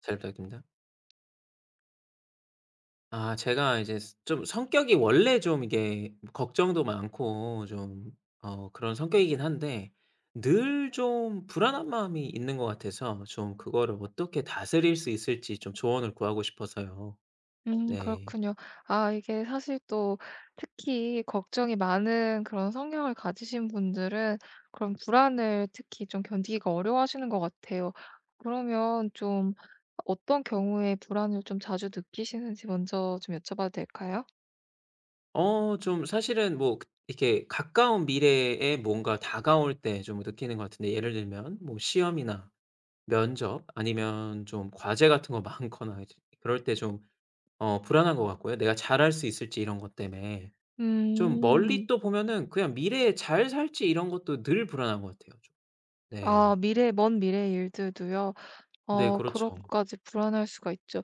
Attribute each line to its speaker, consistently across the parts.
Speaker 1: 잘 부탁드립니다. 아 제가 이제 스 좀 성격이 원래 좀 이게 걱정도 많고 좀 그런 성격이긴 한데 늘 좀 불안한 마음이 있는 것 같아서 좀 그거를 어떻게 다스릴 수 있을지 좀 조언을 구하고 싶어서요. 네.
Speaker 2: 그렇군요. 아 이게 사실 또 특히 걱정이 많은 그런 성향을 가지신 분들은 그런 불안을 특히 좀 견디기가 어려워하시는 것 같아요. 그러면 좀 어떤 경우에 불안을 좀 자주 느끼시는지 먼저 좀 여쭤봐도 될까요?
Speaker 1: 좀 사실은 뭐 그 이렇게 가까운 미래에 뭔가 다가올 때 좀 느끼는 것 같은데 예를 들면 뭐 시험이나 면접 아니면 좀 과제 같은 거 많거나 이제 그럴 때좀 불안한 것 같고요. 내가 잘할 수 있을지 이런 것 때문에. 좀 멀리
Speaker 2: 음.
Speaker 1: 또 보면은 그냥 미래에 잘 살지 이런 것도 늘 불안한 것 같아요 좀.
Speaker 2: 아
Speaker 1: 네.
Speaker 2: 미래 먼 미래의 일들도요?
Speaker 1: 네
Speaker 2: 어 그런
Speaker 1: 그렇죠.
Speaker 2: 것까지 불안할 수가 있죠.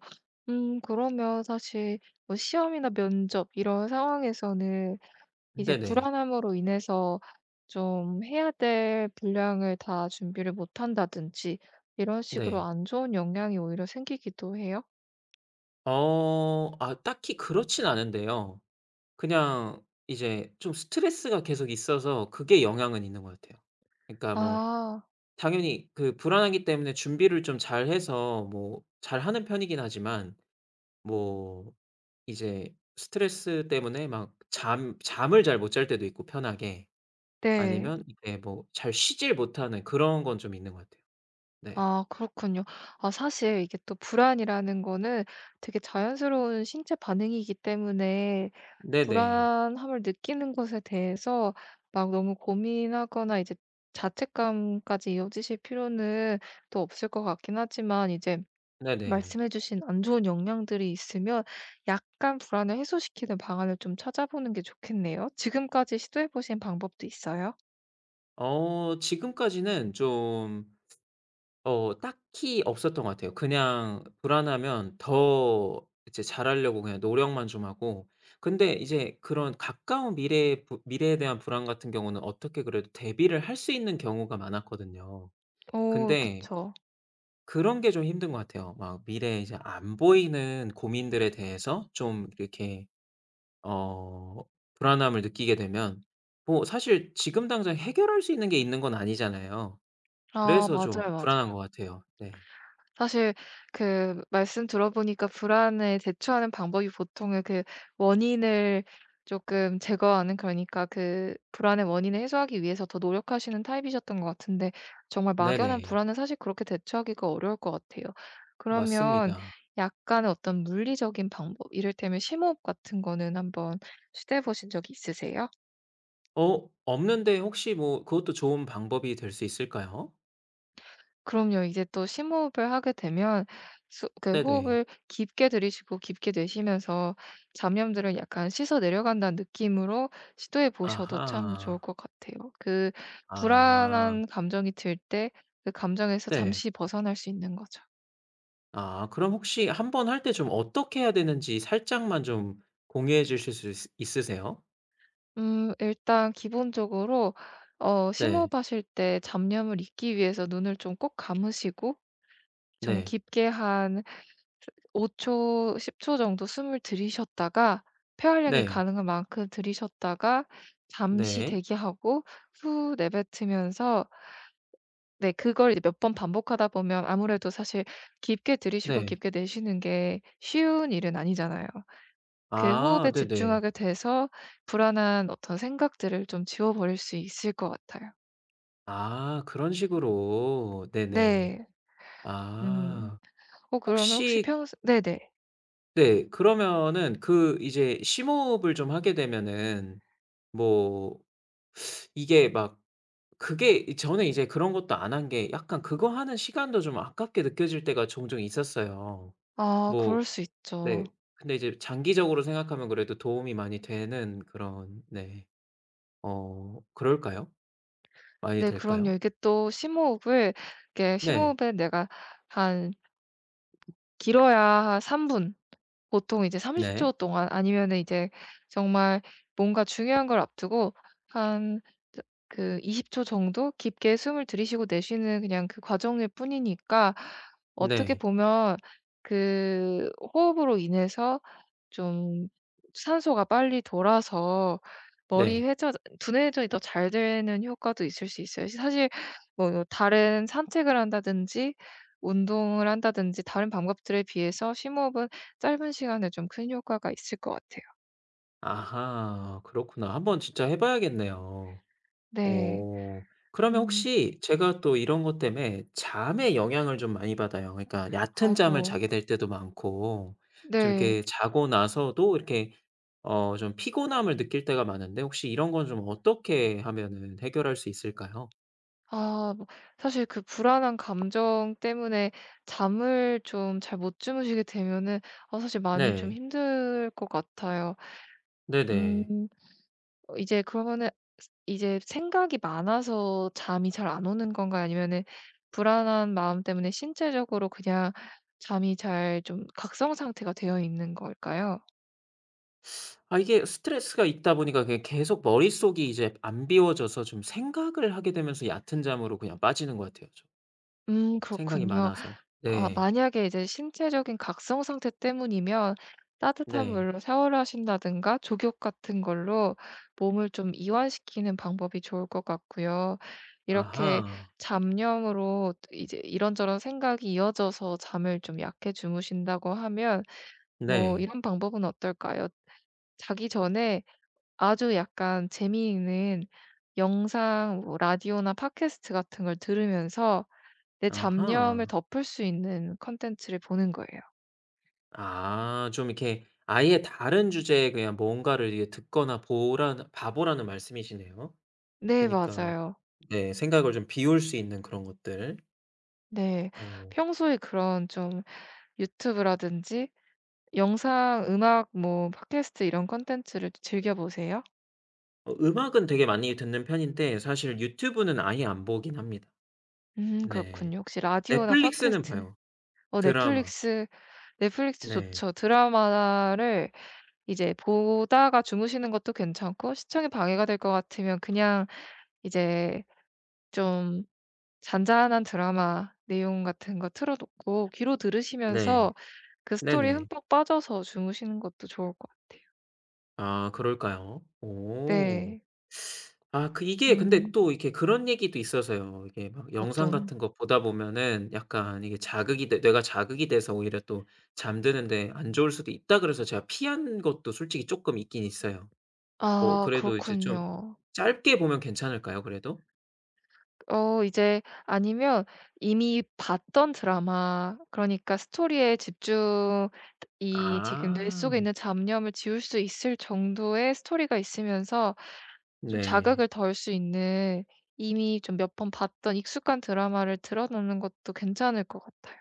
Speaker 2: 그러면 사실 뭐 시험이나 면접 이런 상황에서는 이제
Speaker 1: 네네.
Speaker 2: 불안함으로 인해서 좀 해야 될 분량을 다 준비를 못 한다든지 이런 식으로
Speaker 1: 네.
Speaker 2: 안 좋은 영향이 오히려 생기기도 해요?
Speaker 1: 아 딱히 그렇진 않은데요. 그냥 이제 좀 스트레스가 계속 있어서 그게 영향은 있는 것 같아요. 그러니까 뭐
Speaker 2: 아
Speaker 1: 당연히 그 불안하기 때문에 준비를 좀 잘해서 뭐 잘하는 편이긴 하지만 뭐 이제 스트레스 때문에 막 잠 잠을 잘 못 잘 때도 있고 편하게.
Speaker 2: 네.
Speaker 1: 아니면 이게 뭐 잘 쉬질 못하는 그런 건 좀 있는 것 같아요. 네.
Speaker 2: 아 그렇군요. 아 사실 이게 또 불안이라는 거는 되게 자연스러운 신체 반응이기 때문에
Speaker 1: 네네.
Speaker 2: 불안함을 느끼는 것에 대해서 막 너무 고민하거나 이제 자책감까지 이어지실 필요는 또 없을 것 같긴 하지만, 이제
Speaker 1: 네네.
Speaker 2: 말씀해 주신 안 좋은 영향들이 있으면 약간 불안을 해소시키는 방안을 좀 찾아보는 게 좋겠네요. 지금까지 시도해 보신 방법도 있어요?
Speaker 1: 지금까지는 좀 딱히 없었던 것 같아요. 그냥 불안하면 더 이제 잘하려고 그냥 노력만 좀 하고. 근데 이제 그런 가까운 미래에 부 미래에 대한 불안 같은 경우는 어떻게 그래도 대비를 할 수 있는 경우가 많았거든요.
Speaker 2: 오,
Speaker 1: 근데
Speaker 2: 그쵸.
Speaker 1: 그런 게 좀 힘든 것 같아요. 막 미래에 이제 안 보이는 고민들에 대해서 좀 이렇게 어 불안함을 느끼게 되면 뭐 사실 지금 당장 해결할 수 있는 게 있는 건 아니잖아요.
Speaker 2: 아
Speaker 1: 그래서 좀
Speaker 2: 맞아요, 맞아요.
Speaker 1: 불안한 것 같아요. 네.
Speaker 2: 사실 그 말씀 들어보니까 불안에 대처하는 방법이 보통은 그 원인을 조금 제거하는, 그러니까 그 불안의 원인을 해소하기 위해서 더 노력하시는 타입이셨던 것 같은데, 정말 막연한
Speaker 1: 네네.
Speaker 2: 불안은 사실 그렇게 대처하기가 어려울 것 같아요. 그러면
Speaker 1: 맞습니다.
Speaker 2: 약간의 어떤 물리적인 방법, 이를테면 심호흡 같은 거는 한번 시도해 보신 적이 있으세요?
Speaker 1: 없는데 혹시 뭐 그것도 좋은 방법이 될 수 있을까요?
Speaker 2: 그럼요. 이제 또 심호흡을 하게 되면 수 그
Speaker 1: 네네.
Speaker 2: 호흡을 깊게 들이쉬고 깊게 내쉬면서 잡념들을 약간 씻어 내려간다는 느낌으로 시도해 보셔도 참 좋을
Speaker 1: 아하.
Speaker 2: 것 같아요. 그
Speaker 1: 아.
Speaker 2: 불안한 감정이 들 때 그 감정에서
Speaker 1: 네.
Speaker 2: 잠시 벗어날 수 있는 거죠.
Speaker 1: 아 그럼 혹시 한번 할 때 좀 어떻게 해야 되는지 살짝만 좀 공유해 주실 수 있으세요?
Speaker 2: 일단 기본적으로, 어
Speaker 1: 네.
Speaker 2: 심호흡하실 때 잡념을 잊기 위해서 눈을 좀 꼭 감으시고 좀
Speaker 1: 네.
Speaker 2: 깊게 한 5초 초, 10초 정도 숨을 들이셨다가, 폐활량이
Speaker 1: 네.
Speaker 2: 가능한 만큼 들이셨다가 잠시
Speaker 1: 네.
Speaker 2: 대기하고 후 내뱉으면서, 네 그걸 이제 몇 번 반복하다 보면 아무래도 사실 깊게 들이쉬고
Speaker 1: 네.
Speaker 2: 깊게 내쉬는 게 쉬운 일은 아니잖아요. 그
Speaker 1: 아
Speaker 2: 호흡에
Speaker 1: 네네.
Speaker 2: 집중하게 돼서 불안한 어떤 생각들을 좀 지워 버릴 수 있을 것 같아요.
Speaker 1: 아 그런 식으로. 네네.
Speaker 2: 네. 음.
Speaker 1: 아.
Speaker 2: 어 그러면 혹시
Speaker 1: 혹시
Speaker 2: 평소. 네네.
Speaker 1: 네 그러면은 그 이제 심호흡을 좀 하게 되면은 뭐 이게 막 그게 저는 이제 그런 것도 안 한 게 약간 그거 하는 시간도 좀 아깝게 느껴질 때가 종종 있었어요.
Speaker 2: 아
Speaker 1: 뭐
Speaker 2: 그럴 수 있죠.
Speaker 1: 네. 근데 이제 장기적으로 생각하면 그래도 도움이 많이 되는 그런 네. 그럴까요? 많이
Speaker 2: 네 그럼요.
Speaker 1: 될까요?
Speaker 2: 이게 또 심호흡을 이게
Speaker 1: 네.
Speaker 2: 심호흡에 내가 한 길어야 한 3분 분, 보통 이제 30
Speaker 1: 네.
Speaker 2: 초 동안, 아니면은 이제 정말 뭔가 중요한 걸 앞두고 한그20초 정도 깊게 숨을 들이쉬고 내쉬는 그냥 그 과정일 뿐이니까, 어떻게
Speaker 1: 네.
Speaker 2: 보면 그 호흡으로 인해서 좀 산소가 빨리 돌아서 머리
Speaker 1: 네.
Speaker 2: 회전, 두뇌 회전이 더 잘 되는 효과도 있을 수 있어요. 사실 뭐 뭐 다른 산책을 한다든지 운동을 한다든지 다른 방법들에 비해서 심호흡은 짧은 시간에 좀 큰 효과가 있을 것 같아요.
Speaker 1: 아하. 그렇구나. 한번 진짜 해 봐야겠네요.
Speaker 2: 네.
Speaker 1: 어. 그러면
Speaker 2: 음.
Speaker 1: 혹시 제가 또 이런 것 때문에 잠에 영향을 좀 많이 받아요. 그러니까 얕은 잠을
Speaker 2: 아이고.
Speaker 1: 자게 될 때도 많고 좀
Speaker 2: 네.
Speaker 1: 이렇게 자고 나서도 이렇게 좀 피곤함을 느낄 때가 많은데 혹시 이런 건 좀 어떻게 하면은 해결할 수 있을까요?
Speaker 2: 아 뭐 사실 그 불안한 감정 때문에 잠을 좀 잘 못 주무시게 되면은, 아, 사실 많이 좀
Speaker 1: 네.
Speaker 2: 힘들 것 같아요.
Speaker 1: 네네.
Speaker 2: 음. 어 이제 그러면은 이제 생각이 많아서 잠이 잘 안 오는 건가요? 아니면은 불안한 마음 때문에 신체적으로 그냥 잠이 잘 좀 각성 상태가 되어 있는 걸까요?
Speaker 1: 아 이게 스트레스가 있다 보니까 그게 계속 머릿속이 이제 안 비워져서 좀 생각을 하게 되면서 얕은 잠으로 그냥 빠지는 것 같아요 좀. 생각이
Speaker 2: 그렇군요.
Speaker 1: 많아서.
Speaker 2: 아
Speaker 1: 네.
Speaker 2: 만약에 이제 신체적인 각성 상태 때문이면 따뜻한
Speaker 1: 네.
Speaker 2: 물로 샤워를 하신다든가 족욕 같은 걸로 몸을 좀 이완시키는 방법이 좋을 것 같고요. 이렇게
Speaker 1: 아하.
Speaker 2: 잡념으로 이제 이런저런 생각이 이어져서 잠을 좀 약해 주무신다고 하면, 뭐
Speaker 1: 네.
Speaker 2: 이런 방법은 어떨까요? 자기 전에 아주 약간 재미있는 영상, 뭐 라디오나 팟캐스트 같은 걸 들으면서 내 잡념을
Speaker 1: 아하.
Speaker 2: 덮을 수 있는 콘텐츠를 보는 거예요.
Speaker 1: 아 좀 이렇게 아예 다른 주제에 그냥 뭔가를 이게 듣거나 보라는 말씀이시네요.
Speaker 2: 네,
Speaker 1: 그니까 러
Speaker 2: 맞아요.
Speaker 1: 네 생각을 좀 비울 수 있는 그런 것들.
Speaker 2: 네.
Speaker 1: 어.
Speaker 2: 평소에 그런 좀 유튜브라든지 영상, 음악, 뭐 팟캐스트 이런 콘텐츠를 즐겨 보세요?
Speaker 1: 음악은 되게 많이 듣는 편인데 사실 유튜브는 아예 안 보긴 합니다. 네.
Speaker 2: 그렇군요. 혹시 라디오나
Speaker 1: 넷플릭스는
Speaker 2: 팟캐스트.
Speaker 1: 봐요. 드라마.
Speaker 2: 넷플릭스. 넷플릭스
Speaker 1: 네.
Speaker 2: 좋죠. 드라마를 이제 보다가 주무시는 것도 괜찮고, 시청에 방해가 될 것 같으면 그냥 이제 좀 잔잔한 드라마 내용 같은 거 틀어 놓고 귀로
Speaker 1: 네.
Speaker 2: 들으시면서 그 스토리에
Speaker 1: 네네.
Speaker 2: 흠뻑 빠져서 주무시는 것도 좋을 것.
Speaker 1: 아 그럴까요? 오.
Speaker 2: 네.
Speaker 1: 아 그 이게 근데
Speaker 2: 음
Speaker 1: 또 이렇게 그런 얘기도 있어서요. 이게 막 영상
Speaker 2: 어떤
Speaker 1: 같은 거 보다 보면은 약간 이게 자극이 돼 뇌가 자극이 돼서 오히려 또 잠드는 데 안 좋을 수도 있다 그래서 제가 피한 것도 솔직히 쪼끔 있긴 있어요. 뭐
Speaker 2: 아
Speaker 1: 그래도 이제 좀
Speaker 2: 그렇군요.
Speaker 1: 짧게 보면 괜찮을까요 그래도?
Speaker 2: 이제 아니면 이미 봤던 드라마, 그러니까 스토리에 집중, 이 지금 뇌속에
Speaker 1: 아
Speaker 2: 있는 잡념을 지울 수 있을 정도의 스토리가 있으면서 좀
Speaker 1: 네.
Speaker 2: 자극을 덜 수 있는, 이미 좀 몇 번 봤던 익숙한 드라마를 틀어 놓는 것도 괜찮을 것 같아요.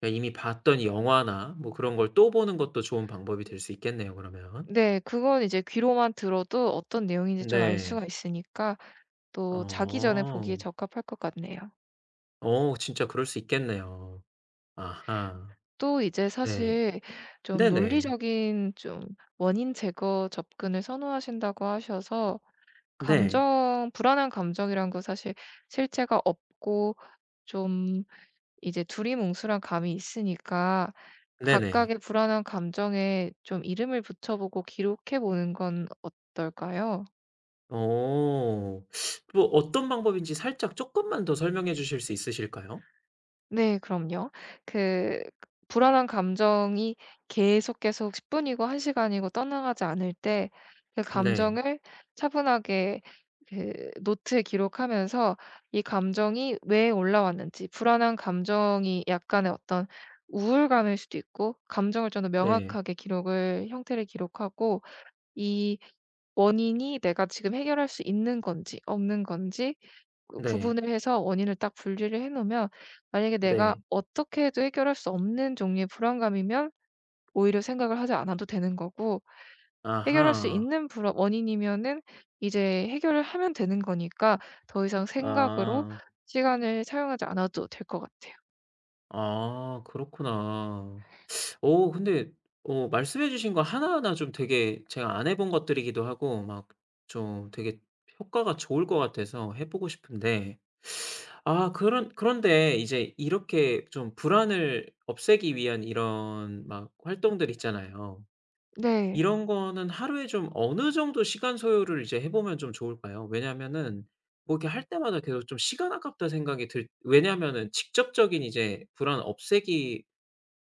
Speaker 1: 그러니까 이미 봤던 영화나 뭐 그런 걸 또 보는 것도 좋은 방법이 될 수 있겠네요 그러면.
Speaker 2: 네. 그건 이제 귀로만 들어도 어떤 내용인지 좀 알
Speaker 1: 네.
Speaker 2: 수가 있으니까 또 자기 전에 보기에
Speaker 1: 어.
Speaker 2: 적합할 것 같네요.
Speaker 1: 진짜 그럴 수 있겠네요. 아하.
Speaker 2: 또 이제
Speaker 1: 네.
Speaker 2: 사실 좀
Speaker 1: 네네.
Speaker 2: 논리적인 좀 원인 제거 접근을 선호하신다고 하셔서,
Speaker 1: 네.
Speaker 2: 감정 불안한 감정이란 건 사실 실체가 없고 좀 이제 두리뭉술한 감이 있으니까
Speaker 1: 네네.
Speaker 2: 각각의 불안한 감정에 좀 이름을 붙여보고 기록해 보는 건 어떨까요?
Speaker 1: 어. 뭐 어떤 방법인지 살짝 쪼끔만 더 설명해 주실 수 있으실까요?
Speaker 2: 네 그럼요. 그 불안한 감정이 계속, 계속 10분 분이고 1시간 시간이고 떠나가지 않을 때 그
Speaker 1: 네.
Speaker 2: 감정을 차분하게 그 노트에 기록하면서, 이 감정이 왜 올라왔는지, 불안한 감정이 약간의 어떤 우울감일 수도 있고, 감정을 좀 더
Speaker 1: 네.
Speaker 2: 명확하게 기록을 형태를 기록하고, 이 원인이 내가 지금 해결할 수 있는 건지 없는 건지 그
Speaker 1: 네.
Speaker 2: 구분을 해서 원인을 딱 분리를 해 놓으면, 만약에 내가
Speaker 1: 네.
Speaker 2: 어떻게 해도 해결할 수 없는 종류의 불안감이면 오히려 생각을 하지 않아도 되는 거고, 해결할 수
Speaker 1: 아하.
Speaker 2: 있는 불안 원인이면은 이제 해결을 하면 되는 거니까 더 이상 생각으로
Speaker 1: 아.
Speaker 2: 시간을 사용하지 않아도 될 것 같아요.
Speaker 1: 아 그렇구나. 근데 말씀해 주신 거 하나하나 좀 되게 제가 안 해본 것들이기도 하고 막 좀 되게 효과가 좋을 것 같아서 해 보고 싶은데 아 그런데 이제 이렇게 좀 불안을 없애기 위한 이런 막 활동들 있잖아요.
Speaker 2: 네.
Speaker 1: 이런 거는 하루에 좀 어느 정도 시간 소요를 이제 해 보면 좀 좋을까요? 왜냐면은 뭐 이렇게 할 때마다 계속 좀 '시간 아깝다.' 생각이 들 왜냐면은 직접적인 이제 불안 없애기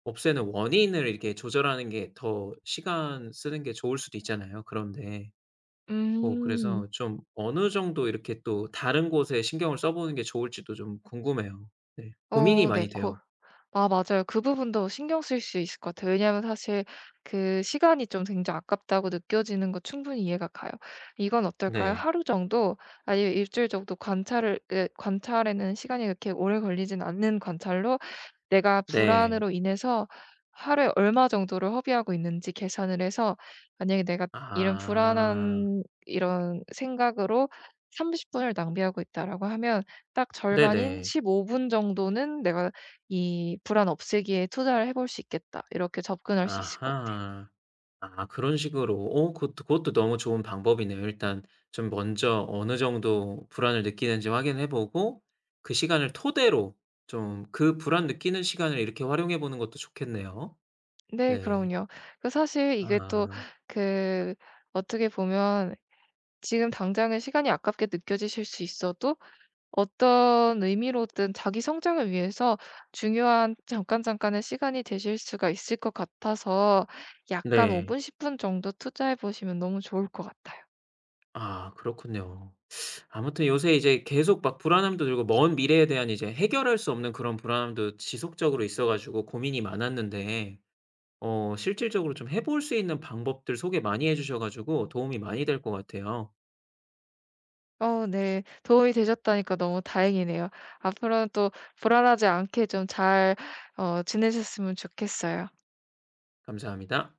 Speaker 1: 없애는 원인을 이렇게 조절하는 게 더 시간 쓰는 게 좋을 수도 있잖아요. 그런데 뭐
Speaker 2: 음.
Speaker 1: 그래서 좀 어느 정도 이렇게 또 다른 곳에 신경을 써 보는 게 좋을지도 좀 궁금해요. 네. 고민이
Speaker 2: 어 네.
Speaker 1: 많이
Speaker 2: 고
Speaker 1: 돼요.
Speaker 2: 아 맞아요. 그 부분도 신경 쓸 수 있을 것 같아요. 왜냐하면 사실 그 시간이 좀 굉장히 아깝다고 느껴지는 거 충분히 이해가 가요. 이건 어떨까요?
Speaker 1: 네.
Speaker 2: 하루 정도, 아니면 일주일 정도 관찰에는 시간이 그렇게 오래 걸리진 않는 관찰로, 내가
Speaker 1: 네.
Speaker 2: 불안으로 인해서 하루에 얼마 정도를 허비하고 있는지 계산을 해서 만약에 내가 이런
Speaker 1: 아.
Speaker 2: 불안한 이런 생각으로 30분 분을 낭비하고 있다라고 하면, 딱 절반인
Speaker 1: 네네.
Speaker 2: 15분 정도는 내가 이 불안 없애기에 투자를 해볼 수 있겠다, 이렇게 접근할 수 있을 것 같아요.
Speaker 1: 아하. 아 그런 식으로. 그것도 그것도 너무 좋은 방법이네요. 일단 좀 먼저 어느 정도 불안을 느끼는지 확인해 보고 그 시간을 토대로 좀 그 불안 느끼는 시간을 이렇게 활용해 보는 것도 좋겠네요.
Speaker 2: 네
Speaker 1: 네.
Speaker 2: 그럼요. 그 사실 이게 또
Speaker 1: 아
Speaker 2: 그 어떻게 보면 지금 당장은 시간이 아깝게 느껴지실 수 있어도 어떤 의미로든 자기 성장을 위해서 중요한 잠깐 잠깐의 시간이 되실 수가 있을 것 같아서, 약간 5분
Speaker 1: 네.
Speaker 2: 분, 10분 정도 투자해 보시면 너무 좋을 것 같아요.
Speaker 1: 아 그렇군요. 아무튼 요새 이제 계속 막 불안함도 들고 먼 미래에 대한 이제 해결할 수 없는 그런 불안함도 지속적으로 있어 가지고 고민이 많았는데 실질적으로 좀 해볼 수 있는 방법들 소개 많이 해 주셔 가지고 도움이 많이 될 것 같아요.
Speaker 2: 어 네. 도움이 되셨다니까 너무 다행이네요. 앞으로는 또 불안하지 않게 좀 잘 지내셨으면 좋겠어요.
Speaker 1: 감사합니다.